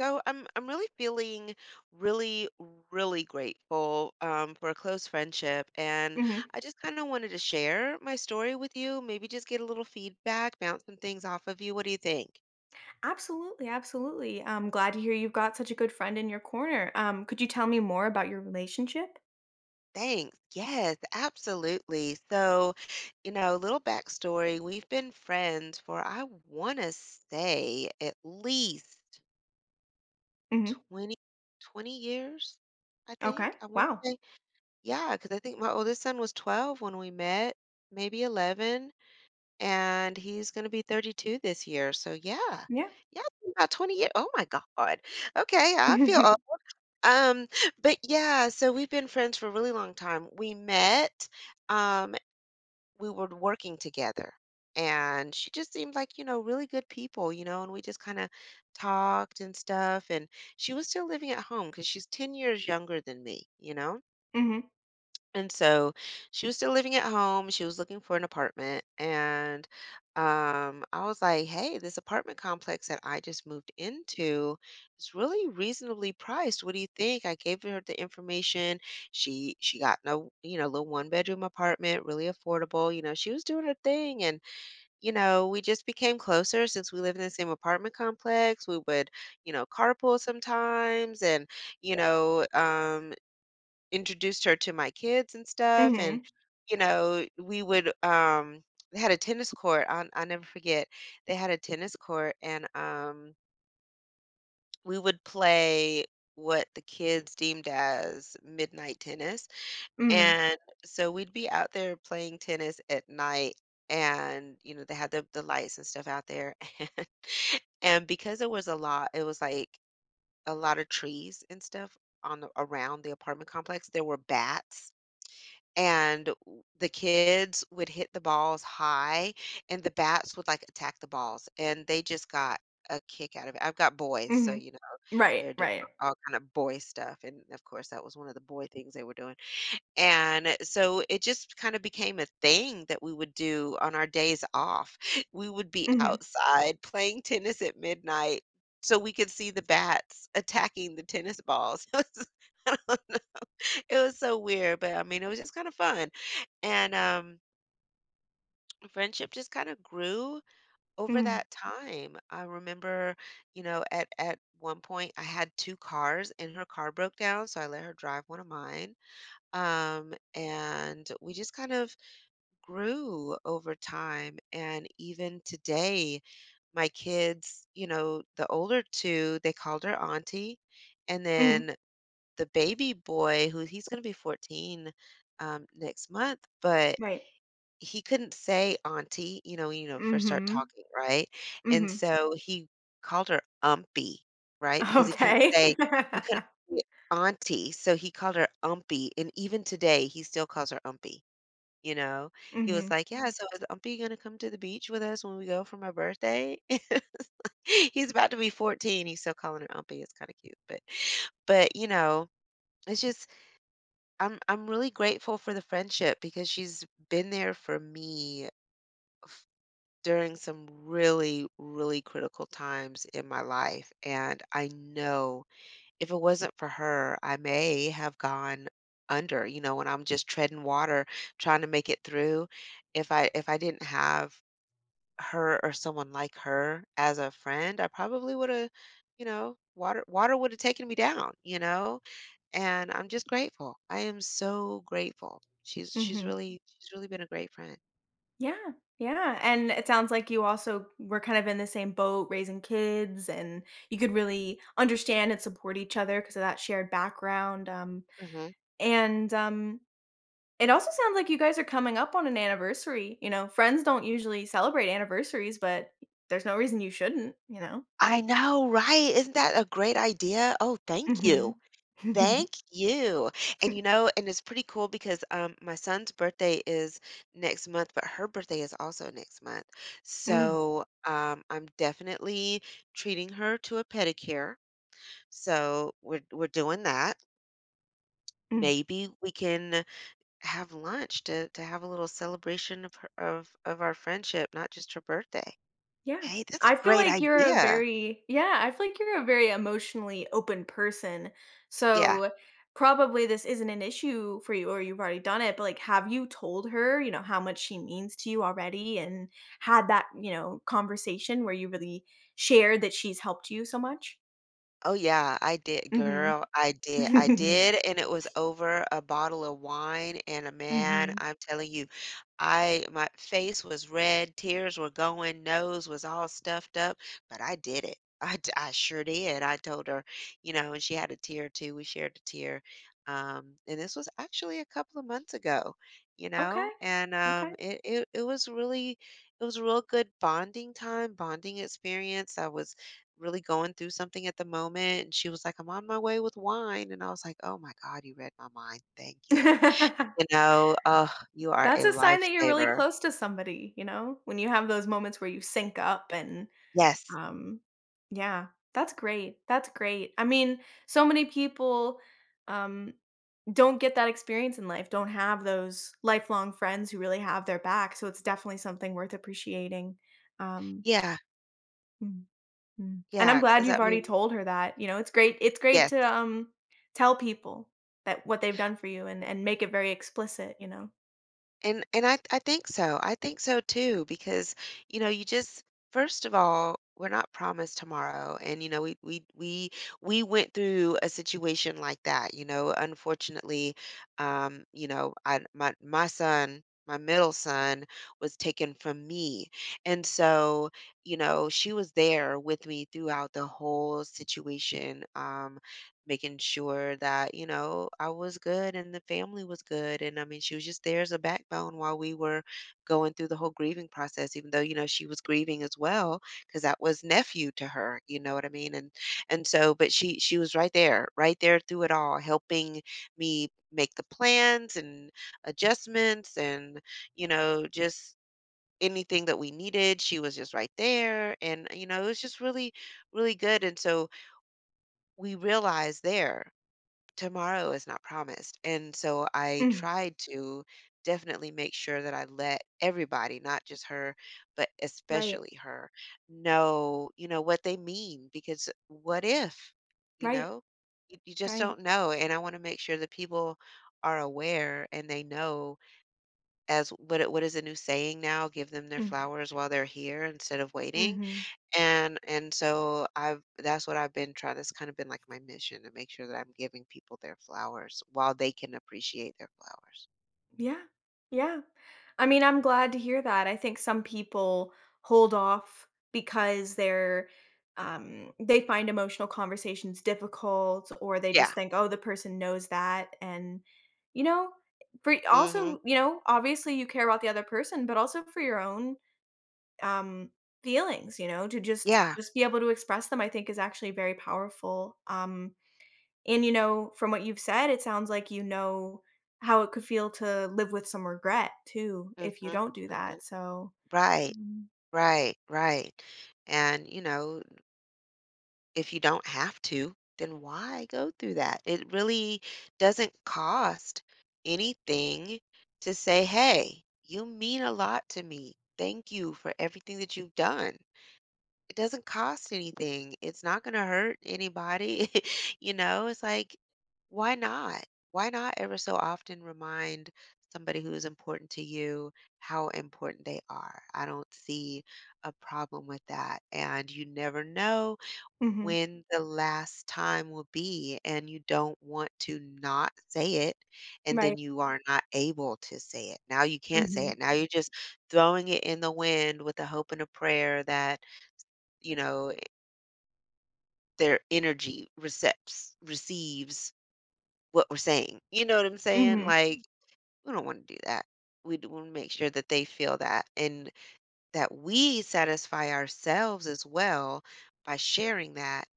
So I'm really feeling really really grateful for a close friendship, and Hmm. I just kind of wanted to share my story with you. Maybe just get a little feedback, bounce some things off of you. What do you think? Absolutely, absolutely. I'm glad to hear you've got such a good friend in your corner. Could you tell me more about your relationship? Thanks. Yes, absolutely. So, little backstory. We've been friends for I want to say at least Hmm. 20 20 years. I think Okay. I want Wow. to say. Yeah, because I think my oldest son was 12 when we met, maybe 11, and he's gonna be 32 this year, so yeah. Yeah. Yeah, about 20 year— oh my god. Okay, I feel Hmm. old. Um, but yeah, so we've been friends for a really long time. We met, um, we were working together, and she just seemed like, really good people, and we just kinda talked and stuff, and she was still living at home because she's 10 years younger than me, you know? And so she was still living at home. She was looking for an apartment. And I was like, hey, this apartment complex that I just moved into is really reasonably priced. What do you think? I gave her the information. She got no, little one bedroom apartment, really affordable. She was doing her thing. And, we just became closer since we live in the same apartment complex. We would, carpool sometimes and you know, um, introduced her to my kids and stuff. And Hmm. you know we would they had a tennis court. I'll never forget they had a tennis court. And we would play what the kids deemed as midnight tennis. Hmm. And so we'd be out there playing tennis at night. And they had the lights and stuff out there. and and because it was like a lot of trees and stuff around the apartment complex, there were bats. And w the kids would hit the balls high, and the bats would, like, attack the balls, and they just got a kick out of it. I've got boys, so, Hmm. you know, Right. they're doing Right. all kind of boy stuff, and, of course, that was one of the boy things they were doing, and so it just kinda became a thing that we would do on our days off. We would be Hmm. outside playing tennis at midnight so we could see the bats attacking the tennis balls. I don't know. It was so weird, but I mean, it was just kind of fun. And friendship just kind of grew over Hmm. that time. I remember, at one point I had two cars and her car broke down, so I let her drive one of mine. And we just kind of grew over time. And even today, my kids, the older two, they called her auntie. And Hmm. then the baby boy who he's going to be 14 next month. But Right. he couldn't say auntie, when first start Hmm. talking, right? And Hmm. so he called her umpy, right? Because he couldn't Okay. say he couldn't say auntie, so he called her umpy. And even today, he still calls her umpy. You know, he was Hmm. like, "Yeah, so is umpy gonna come to the beach with us when we go for my birthday?" He's about to be 14. He's still calling her umpy. It's kind of cute, but but you know, it's just I'm really grateful for the friendship because she's been there for me f- during some really, really critical times in my life. And I know if it wasn't for her, I may have gone under, when I'm just treading water trying to make it through. If I didn't have her or someone like her as a friend, I probably would have, water would have taken me down, you know? And I'm just grateful. I am so grateful. She's she's Hmm. really she's really been a great friend. Yeah. Yeah. And it sounds like you also were kind of in the same boat, raising kids, and you could really understand and support each other because of that shared background. Hmm. And, it also sounds like you guys are coming up on an anniversary, you know? Friends don't usually celebrate anniversaries, but there's no reason you shouldn't, you know? I know, right? Isn't that a great idea? Oh, thank you. Mhm. Thank you. And it's pretty cool because my son's birthday is next month, but her birthday is also next month. Mm, So, I'm definitely treating her to a pedicure. So, we're doing that. mm, Maybe we can have lunch to have a little celebration of her of our friendship, not just her birthday. yeah. Hey, that's a I feel great like you're a idea. very yeah, I feel like you're a very emotionally open person, Yeah. so probably this isn't an issue for you or you've already done it, but, like, have you told her how much she means to you already and had that conversation where you really shared that she's helped you so much? Oh, yeah, I did, Mhm. girl, I did, and it was over a bottle of wine, and, a man, Mhm. I'm telling you, I my face was red, tears were going, nose was all stuffed up, but I did it. I sure did. I told her, and she had a tear too. We shared a tear, and this was actually a couple of months ago. you know, Okay, and, okay. um, it was really, it was a real good bonding time, bonding experience. I was really going through something at the moment, and she was like, "I'm on my way with wine," and I was like, "Oh my god, you read my mind, thank you." You know, ugh, you are a That's a sign that you're really lifesaver. close to somebody, when you have those moments where you sync up and, Yes. um yeah, that's great, that's great. I mean, so many people, um, don't get that experience in life, don't have those lifelong friends who really have their back, so it's definitely something worth appreciating, um, Yeah, mhm. Mm. And yeah, I'm glad because I you've mean, already told her that, it's great yes. to, tell people that what they've done for you and make it very explicit, you know? And I think so. I think so too because, you just first of all, we're not promised tomorrow. And we went through a situation like that, you know. Unfortunately, I my my son my middle son was taken from me. And so, she was there with me throughout the whole situation. Making sure that, I was good and the family was good. And I mean, she was just there as a backbone while we were going through the whole grieving process, even though, she was grieving as well, because that was nephew to her, you know what I mean? And so, but she was right there, right there through it all, helping me make the plans and adjustments and, just anything that we needed. She was just right there. And, it was just really, really good. And so we realized there tomorrow is not promised. And so I Mm. tried to definitely make sure that I let everybody, not just her, but Right. especially her, know, what they mean. Because what if, you Right. know, you just Right. don't know. And I want to make sure that people are aware and they know— what is a new saying now: give them their Mm. flowers while they're here instead of waiting. Mhm. And so I've that's what I've been trying. That's kind of been like my mission, to make sure that I'm giving people their flowers while they can appreciate their flowers. Yeah. Yeah. I mean, I'm glad to hear that. I think some people hold off because they find emotional conversations difficult or they Yeah. just think, "Oh, the person knows that." And you know, for Mhm. also, obviously you care about the other person, but also for your own um feelings, you know, to just Yeah. just be able to express them I think is actually very powerful. And, from what you've said, it sounds like you know how it could feel to live with some regret too if you Mhm. don't do Mhm. that, so. Right. Mhm. Right. Right. And, if you don't have to, then why go through that? It really doesn't cost anything to say, "Hey, you mean a lot to me. Thank you for everything that you've done." It doesn't cost anything. It's not going to hurt anybody. It's like, why not? Why not ever so often remind somebody who is important to you how important they are? I don't see a problem with that. And you never know Mhm. when the last time will be, and you don't want to not say it, and then Right. you are not able to say it. Now you can't say Mhm. it. Now you're just throwing it in the wind with the hope and a prayer that you know their energy receps receives what we're saying. You know what I'm saying? Mhm. Like, we don't want to do that. We want to make sure that they feel that and that we satisfy ourselves as well by sharing that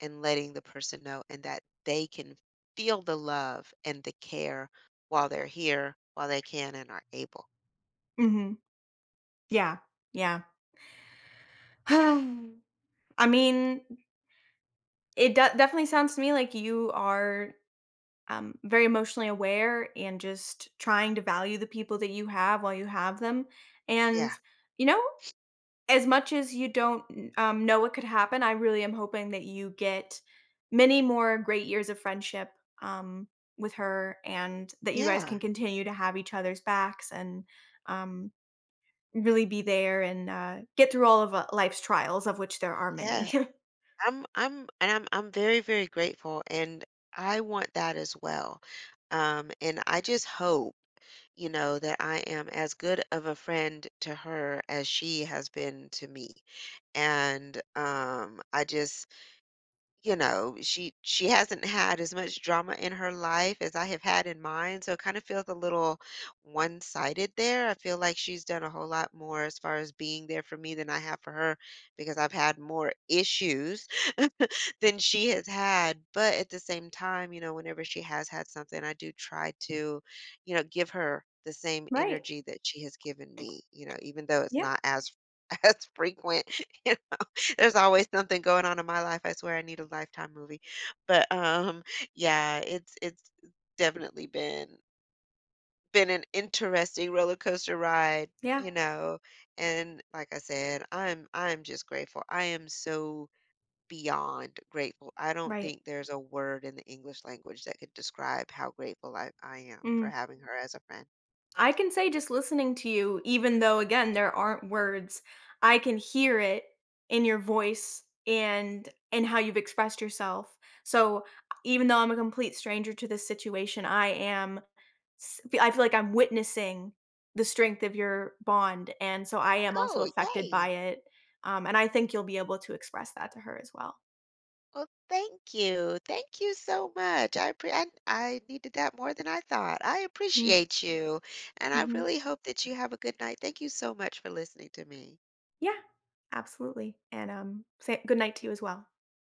and letting the person know, and that they can feel the love and the care while they're here, while they can and are able. Mhm. Yeah. Yeah. I mean, it d definitely sounds to me like you are, very emotionally aware and just trying to value the people that you have while you have them, and, Yeah. you know as much as you don't, know what could happen, I really am hoping that you get many more great years of friendship, um, with her and that you guys can Yeah. continue to have each other's backs and, um, really be there and, get through all of, life's trials, of which there are many. Yeah. I'm very, very grateful, and I want that as well. And I just hope, that I am as good of a friend to her as she has been to me. And I just, she hasn't had as much drama in her life as I have had in mine, so it kind of feels a little one-sided there. I feel like she's done a whole lot more as far as being there for me than I have for her because I've had more issues than she has had. But at the same time, whenever she has had something, I do try to, give her the same Right. energy that she has given me, even though it's Yeah. not as as frequent, you know. There's always something going on in my life. I swear I need a lifetime movie. But yeah, it's definitely been an interesting roller coaster ride, Yeah. you know. And like I said, I'm just grateful. I am so beyond grateful. I don't Right. think there's a word in the English language that could describe how grateful I am for Mm. having her as a friend. I can say just listening to you, even though, again, there aren't words, I can hear it in your voice and how you've expressed yourself. So even though I'm a complete stranger to this situation, I am I feel like I'm witnessing the strength of your bond, and so I am also Oh, affected by yay. it. And I think you'll be able to express that to her as well. Well, thank you. Thank you so much. I, appre I needed that more than I thought. I Mm-hmm. appreciate you, and I really hope that you have a good night. Thank you so much for listening to me. Yeah, absolutely. And say good night to you as well.